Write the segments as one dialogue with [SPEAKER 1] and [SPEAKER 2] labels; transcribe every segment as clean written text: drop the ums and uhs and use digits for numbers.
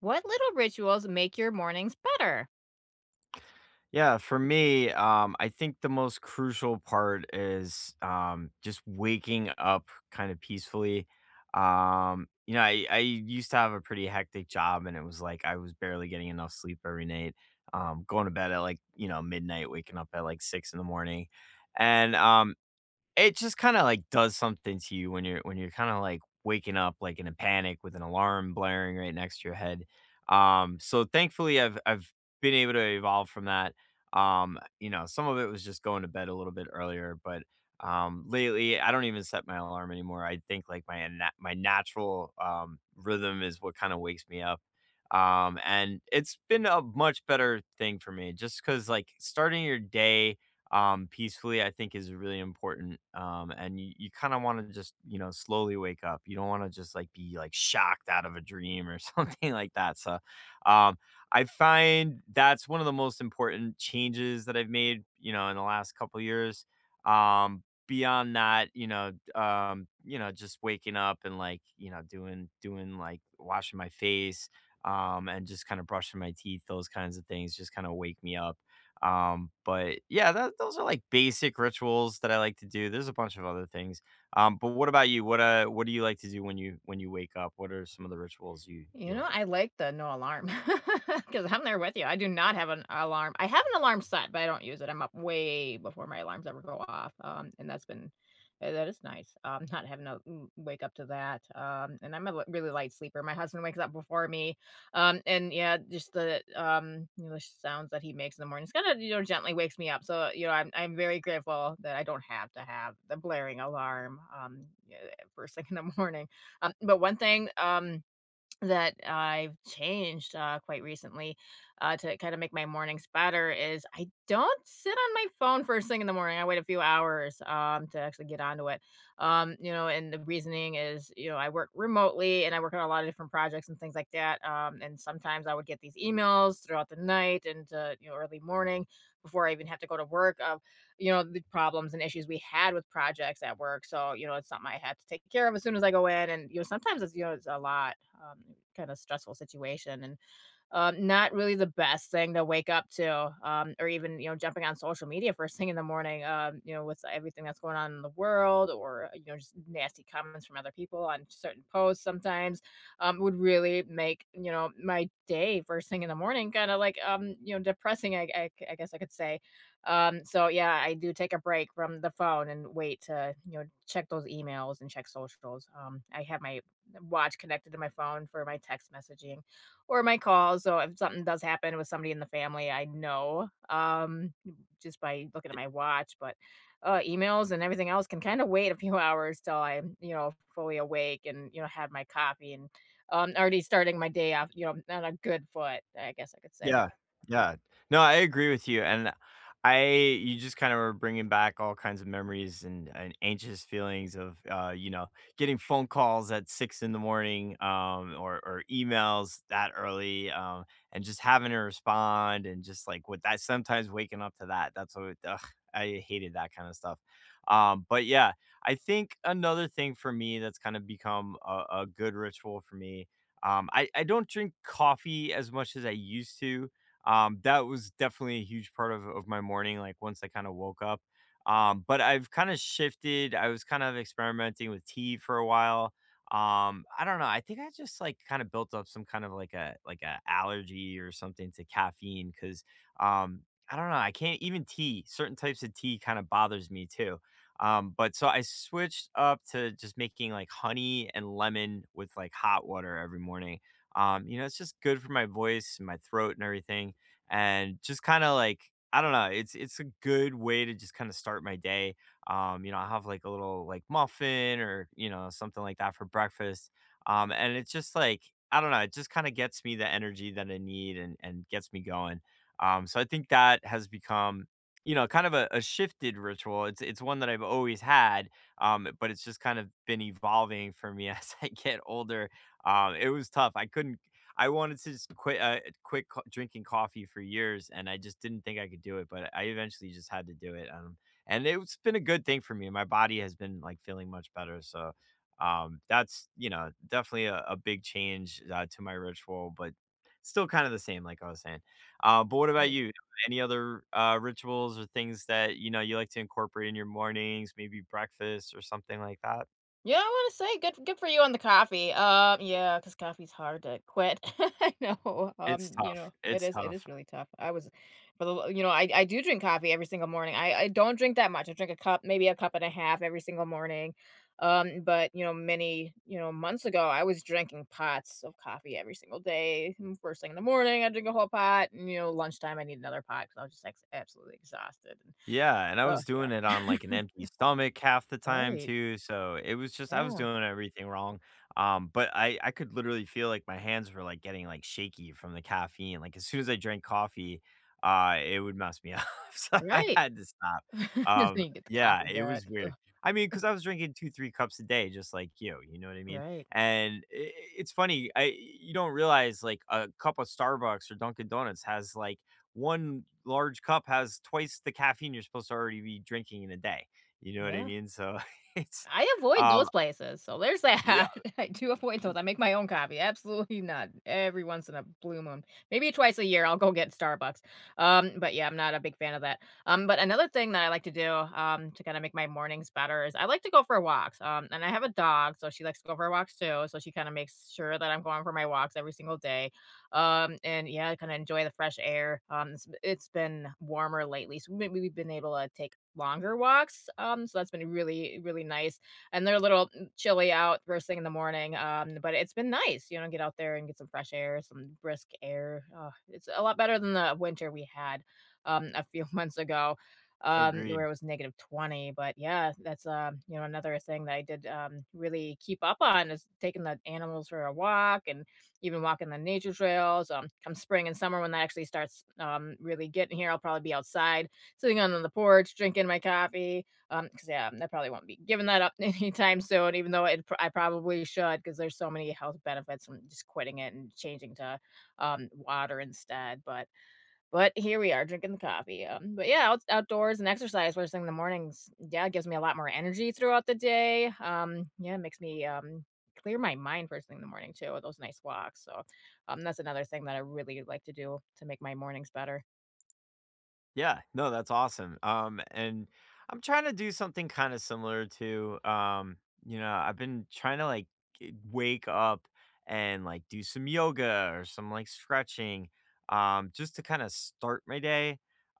[SPEAKER 1] What little rituals make your mornings better?
[SPEAKER 2] Yeah, for me, I think the most crucial part is just waking up kind of peacefully. I used to have a pretty hectic job, and it was like I was barely getting enough sleep every night. Going to bed at like you know midnight, waking up at like six in the morning, and it just kinda, like, does something to you when you're kinda, like, waking up, like, in a panic with an alarm blaring right next to your head. So thankfully, I've been able to evolve from that. You know, some of it was just going to bed a little bit earlier, but, lately, I don't even set my alarm anymore. I think, like, my natural, rhythm is what kinda wakes me up. And it's been a much better thing for me just because like, starting your day peacefully, I think is really important. And you kind of want to just, you know, slowly wake up. You don't want to just like be like shocked out of a dream or something like that. So, um, I find that's one of the most important changes that I've made, you know, in the last couple years. Beyond that, just waking up and like, you know, doing like washing my face, and just kind of brushing my teeth. Those kinds of things just kind of wake me up, but yeah, those are like basic rituals that I like to do. There's a bunch of other things. But what about you? What do you like to do when you wake up? What are some of the rituals you
[SPEAKER 1] You
[SPEAKER 2] you
[SPEAKER 1] know,
[SPEAKER 2] like?
[SPEAKER 1] I like the no alarm because 'cause I'm there with you. I do not have an alarm. I have an alarm set, but I don't use it. I'm up way before my alarms ever go off, and that's been that is nice, not having to w wake up to that, and I'm a li really light sleeper. My husband wakes up before me, and yeah, just the, the sounds that he makes in the morning. It's kinda, you know, gently wakes me up, so, you know, I'm very grateful that I don't have to have the blaring alarm, yeah, first thing in the morning, but one thing, that I've changed quite recently to kind of make my mornings better is I don't sit on my phone first thing in the morning. I wait a few hours to actually get onto it. You know, and the reasoning is, you know, I work remotely and I work on a lot of different projects and things like that. And sometimes I would get these emails throughout the night and you know, early morning before I even have to go to work. You know, the problems and issues we had with projects at work. So, you know, it's something I had to take care of as soon as I go in. And, you know, sometimes it's, you know, it's a lot, um, kind of stressful situation. And not really the best thing to wake up to, or even, you know, jumping on social media first thing in the morning, you know, with everything that's going on in the world or, you know, just nasty comments from other people on certain posts sometimes, would really make, you know, my day first thing in the morning kind of like, you know, depressing, I guess I could say. So yeah, I do take a break from the phone and wait to, you know, check those emails and check socials. I have my watch connected to my phone for my text messaging. Or my calls, so if something does happen with somebody in the family, I know, just by looking at my watch, but emails and everything else can kinda wait a few hours till I'm, you know, fully awake and, you know, have my coffee and, already starting my day off, you know, on a good foot, I guess I could say.
[SPEAKER 2] Yeah, yeah. No, I agree with you, and I you just kinda were bringing back all kinds of memories and anxious feelings of, you know, getting phone calls at 6 in the morning, or emails that early, and just having to respond and just, like, with that sometimes waking up to that, that's what ugh, I hated that kinda stuff. But yeah, I think another thing for me that's kinda become a good ritual for me, I don't drink coffee as much as I used to. That was definitely a huge part of my morning, like once I kind of woke up. But I've kind of shifted. I was kind of experimenting with tea for a while. I don't know. I think I just like kind of built up some kind of like a allergy or something to caffeine because um I don't know. I can't even tea. Certain types of tea kind of bothers me too. But so I switched up to just making like honey and lemon with like hot water every morning. You know, it's just good for my voice and my throat and everything. And just kind of like, I don't know, it's a good way to just kind of start my day. You know, I'll have like a little like muffin or, you know, something like that for breakfast. And it's just like, I don't know, it just kind of gets me the energy that I need and gets me going. So I think that has become, you know, kind of a shifted ritual. It's one that I've always had, but it's just kind of been evolving for me as I get older. It was tough. I couldn't. I wanted to just drinking coffee for years, and I just didn't think I could do it. But I eventually just had to do it, and it's been a good thing for me. My body has been like feeling much better. So that's you know definitely a big change to my ritual, but still kind of the same, like I was saying. But what about you? Any other, rituals or things that, you know, you like to incorporate in your mornings, maybe breakfast or something like that?
[SPEAKER 1] Yeah, I wanna say good for you on the coffee. Yeah, because coffee's hard to quit. I know,
[SPEAKER 2] It's
[SPEAKER 1] you
[SPEAKER 2] tough,
[SPEAKER 1] know, it
[SPEAKER 2] it's
[SPEAKER 1] is it
[SPEAKER 2] tough.
[SPEAKER 1] is really tough. I was for the lo you know, I do drink coffee every single morning. I don't drink that much. I drink a cup, maybe a cup and a half every single morning. But, you know, many, you know, months ago, I was drinking pots of coffee every single day. Mm, first thing in the morning, I drink a whole pot, and, you know, lunchtime, I need another pot because I was just, like, absolutely exhausted. And
[SPEAKER 2] Yeah, and I
[SPEAKER 1] oh
[SPEAKER 2] was doing it on, like, an
[SPEAKER 1] yeah.
[SPEAKER 2] empty stomach half the time
[SPEAKER 1] Right.
[SPEAKER 2] too, so it was just I was
[SPEAKER 1] Yeah,
[SPEAKER 2] doing everything wrong, but I could literally feel, like, my hands were, like, getting, like, shaky from the caffeine, like, as soon as I drank coffee, it would mess me up, so I
[SPEAKER 1] right.
[SPEAKER 2] had to stop,
[SPEAKER 1] Just so
[SPEAKER 2] um,
[SPEAKER 1] you get the
[SPEAKER 2] yeah, it
[SPEAKER 1] copycat.
[SPEAKER 2] was
[SPEAKER 1] Ugh.
[SPEAKER 2] weird. I mean, because I was drinking 2, 3 cups a day just like you know what I mean?
[SPEAKER 1] Right.
[SPEAKER 2] And I it's funny, I you don't realize, like, a cup of Starbucks or Dunkin' Donuts has, like, one large cup has twice the caffeine you're supposed to already be drinking in a day. You know what I
[SPEAKER 1] Yeah.
[SPEAKER 2] mean? So it's,
[SPEAKER 1] I avoid
[SPEAKER 2] um,
[SPEAKER 1] those places, so there's
[SPEAKER 2] yeah,
[SPEAKER 1] that. I do avoid those. I make my own coffee, absolutely not. Every once in a blue moon, maybe twice a year, I'll go get Starbucks. But yeah, I'm not a big fan of that. But another thing that I like to do, to kind of make my mornings better is I like to go for walks. And I have a dog, so she likes to go for walks too. So she kind of makes sure that I'm going for my walks every single day. And yeah, I kind of enjoy the fresh air. It's been warmer lately, so maybe we've been able to take longer walks. So that's been really, really nice and they're a little chilly out first thing in the morning. But it's been nice, you know, get out there and get some fresh air, some brisk air. It's a lot better than the winter we had a few months ago
[SPEAKER 2] agreed.
[SPEAKER 1] where it was negative 20. But yeah, that's you know, another thing that I did really keep up on is taking the animals for a walk and even walking the nature trails, come spring and summer, when that actually starts really getting here, I'll probably be outside sitting on the porch drinking my coffee, cause yeah, I probably won't be giving that up anytime soon, even though it I probably should, cause there's so many health benefits from just quitting it and changing to, water instead, but here we are drinking the coffee, but yeah, outdoors and exercise first thing in the mornings, yeah, it gives me a lot more energy throughout the day, yeah, it makes me, clear my mind first thing in the morning too with those nice walks, so, that's another thing that I really like to do to make my mornings better.
[SPEAKER 2] Yeah, no, that's awesome. And I'm trying to do something kind of similar to, you know, I've been trying to like wake up and like do some yoga or some like stretching, just to kind of start my day.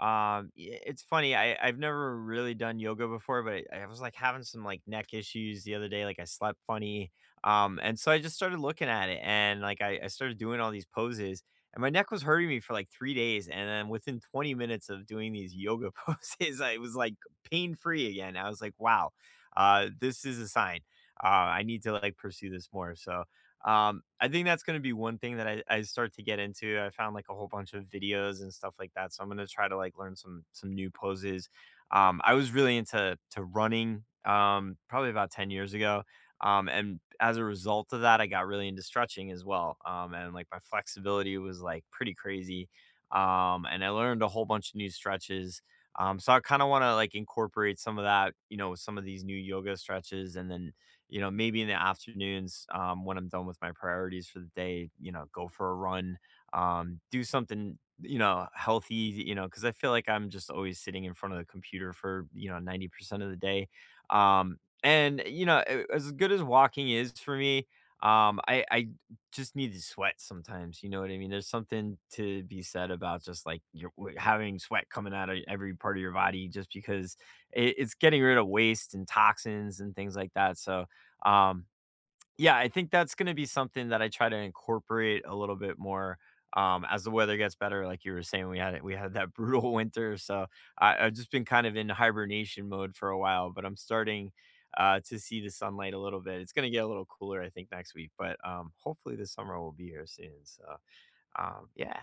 [SPEAKER 2] It's funny, I've never really done yoga before, but I was like having some like neck issues the other day, like I slept funny. And so I just started looking at it and like I started doing all these poses and my neck was hurting me for like 3 days, and then within 20 minutes of doing these yoga poses, I was, like, pain-free again. I was like, "Wow, this is a sign. I need to, like, pursue this more," so, I think that's gonna be one thing that I start to get into. I found, like, a whole bunch of videos and stuff like that, so I'm gonna try to, like, learn some new poses. I was really into to running, probably about 10 years ago, and as a result of that, I got really into stretching as well. And like my flexibility was like pretty crazy. And I learned a whole bunch of new stretches. So I kind of want to like incorporate some of that, you know, with some of these new yoga stretches, and then, you know, maybe in the afternoons, when I'm done with my priorities for the day, you know, go for a run, do something, you know, healthy, you know, because I feel like I'm just always sitting in front of the computer for you know 90% of the day, um, and, eh, you know, a as good as walking is for me, I just need to sweat sometimes, you know what I mean? There's something to be said about just, like, your w having sweat coming out of every part of your body just because it's getting rid of waste and toxins and things like that. So, um yeah, I think that's gonna be something that I try to incorporate a little bit more, as the weather gets better, like you were saying, we had that brutal winter, so I I've just been kind of in hibernation mode for a while, but I'm starting, to see the sunlight a little bit. It's gonna get a little cooler, I think, next week, but, hopefully, the summer will be here soon, so, yeah.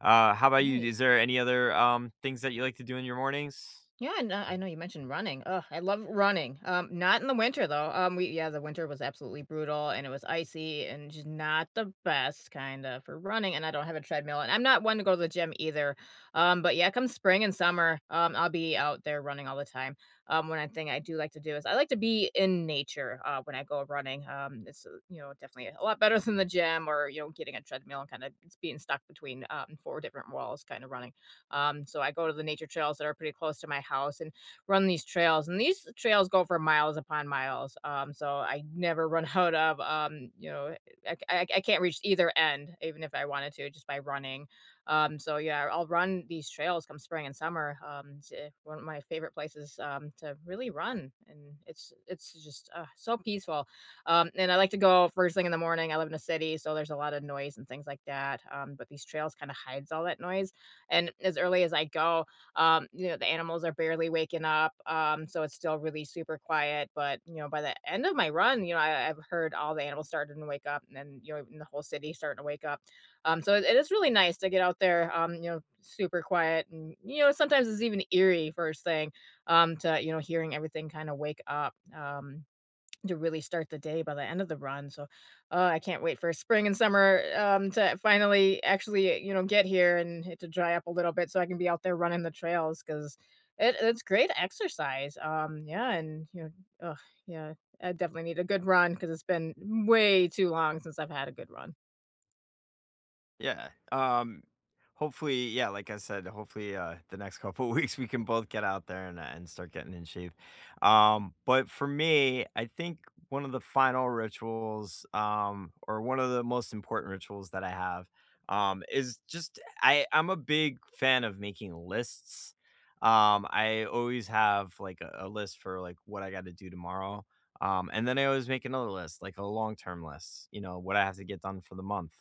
[SPEAKER 2] How about you?
[SPEAKER 1] Right.
[SPEAKER 2] Is there any other, things that you like to do in your mornings?
[SPEAKER 1] Yeah, and I know you mentioned running. Ugh, I love running. Not in the winter though. We Yeah, the winter was absolutely brutal and it was icy and just not the best kind of for running. And I don't have a treadmill, and I'm not one to go to the gym either. But yeah, come spring and summer, I'll be out there running all the time. One thing I do like to do is I like to be in nature. When I go running, it's you know, definitely a lot better than the gym or you know, getting a treadmill and kind of it's being stuck between four different walls, kind of running. So I go to the nature trails that are pretty close to my house and run these trails. And these trails go for miles upon miles. So I never run out of, I can't reach either end, even if I wanted to, just by running. So yeah, I'll run these trails come spring and summer. It's One of my favorite places to really run, and it's just so peaceful. And I like to go first thing in the morning. I live in a city, so there's a lot of noise and things like that. But these trails kind of hides all that noise, and as early as I go, you know, the animals are barely waking up. So it's still really super quiet. But, you know, by the end of my run, you know, I've heard all the animals starting to wake up and then, you know, even the whole city starting to wake up. So it is really nice to get out there, you know, super quiet. And, you know, sometimes it's even eerie first thing to, you know, hearing everything kind of wake up. To really start the day by the end of the run, so, I can't wait for spring and summer, to finally actually, you know, get here and it to dry up a little bit so I can be out there running the trails 'cause it's great exercise, yeah, and, you know, oh yeah, I definitely need a good run because 'cause it's been way too long since I've had a good run.
[SPEAKER 2] Yeah. Hopefully, yeah, like I said, hopefully the next couple weeks we can both get out there and start getting in shape. But for me, I think one of the final rituals or one of the most important rituals that I have is just I'm a big fan of making lists. I always have like a list for like what I got to do tomorrow. And then I always make another list, like a long term list, you know, what I have to get done for the month.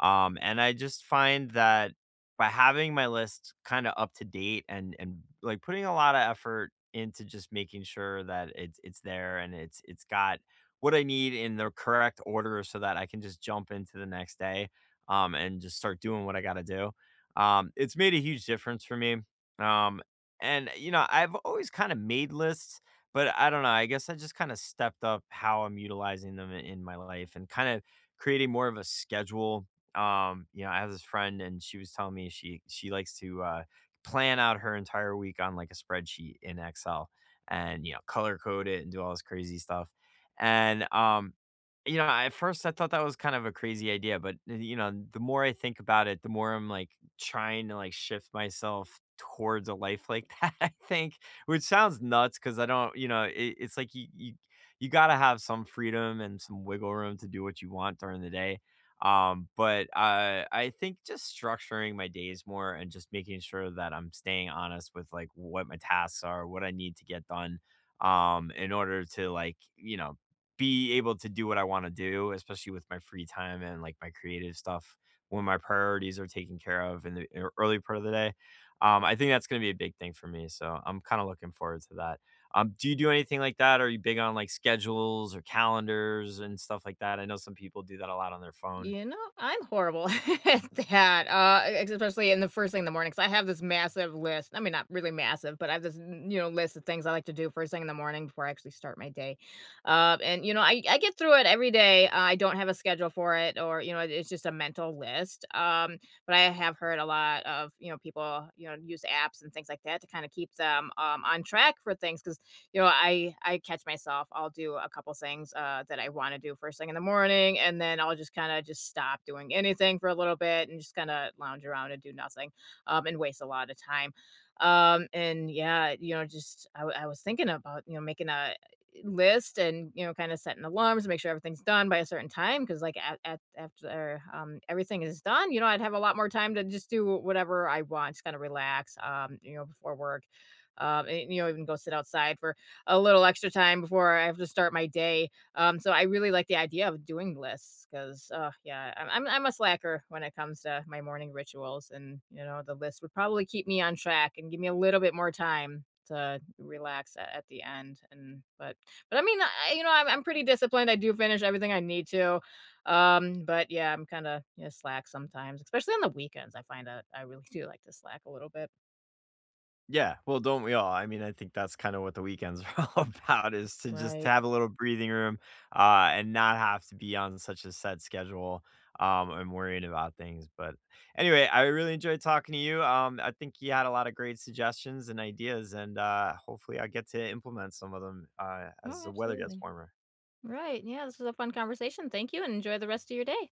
[SPEAKER 2] And I just find that by having my list kind of up to date and like putting a lot of effort into just making sure that it's there and it's got what I need in the correct order so that I can just jump into the next day and just start doing what I got to do. It's made a huge difference for me. Um and you know, I've always kind of made lists, but I don't know, I guess I just kind of stepped up how I'm utilizing them in my life and kind of creating more of a schedule. You know, I have this friend and she was telling me she likes to plan out her entire week on like a spreadsheet in Excel, and you know, color code it and do all this crazy stuff. And you know, at first I thought that was kind of a crazy idea, but you know, the more I think about it, the more I'm like trying to like shift myself towards a life like that, I think. Which sounds nuts because I don't, you know, it's like you got to have some freedom and some wiggle room to do what you want during the day, but I think just structuring my days more and just making sure that I'm staying honest with like what my tasks are, what I need to get done, in order to like, you know, be able to do what I want to do, especially with my free time and like my creative stuff when my priorities are taken care of in the early part of the day. I think that's going to be a big thing for me. So I'm kind of looking forward to that. Do you do anything like that? Are you big on like schedules or calendars and stuff like that? I know some people do that a lot on their phone.
[SPEAKER 1] You know, I'm horrible at that, e especially in the first thing in the morning, 'cause I have this massive list. I mean, not really massive, but I have this, n you know, list of things I like to do first thing in the morning before I actually start my day. And, you know, I get through it every day. I don't have a schedule for it or, you know, it's just a mental list. But I have heard a lot of, you know, people, you know, use apps and things like that to kinda keep them, on track for things, 'cause you know, I catch myself. I'll do a couple things that I want to do first thing in the morning, and then I'll just kind of just stop doing anything for a little bit and just kind of lounge around and do nothing, and waste a lot of time. And yeah, you know, just I was thinking about, you know, making a list and, you know, kind of setting alarms to make sure everything's done by a certain time because like at after everything is done, you know, I'd have a lot more time to just do whatever I want, just kind of relax, you know, before work, and, you know, even go sit outside for a little extra time before I have to start my day. So I really like the idea of doing lists because, yeah, I'm a slacker when it comes to my morning rituals, and you know, the list would probably keep me on track and give me a little bit more time to relax at the end. And but I mean, I, you know, I'm pretty disciplined. I do finish everything I need to. But yeah, I'm kind of, you know, slack sometimes, especially on the weekends. I find that I really do like to slack a little bit.
[SPEAKER 2] Yeah, well, don't we all? I mean, I think that's kinda what the weekends are all about, is to just
[SPEAKER 1] Right.
[SPEAKER 2] have a little breathing room, and not have to be on such a set schedule, and worrying about things, but anyway, I really enjoyed talking to you. I think you had a lot of great suggestions and ideas, and, hopefully I get to implement some of them, as
[SPEAKER 1] Oh,
[SPEAKER 2] the weather gets
[SPEAKER 1] absolutely.
[SPEAKER 2] warmer.
[SPEAKER 1] Right. Yeah, this was a fun conversation. Thank you and enjoy the rest of your day.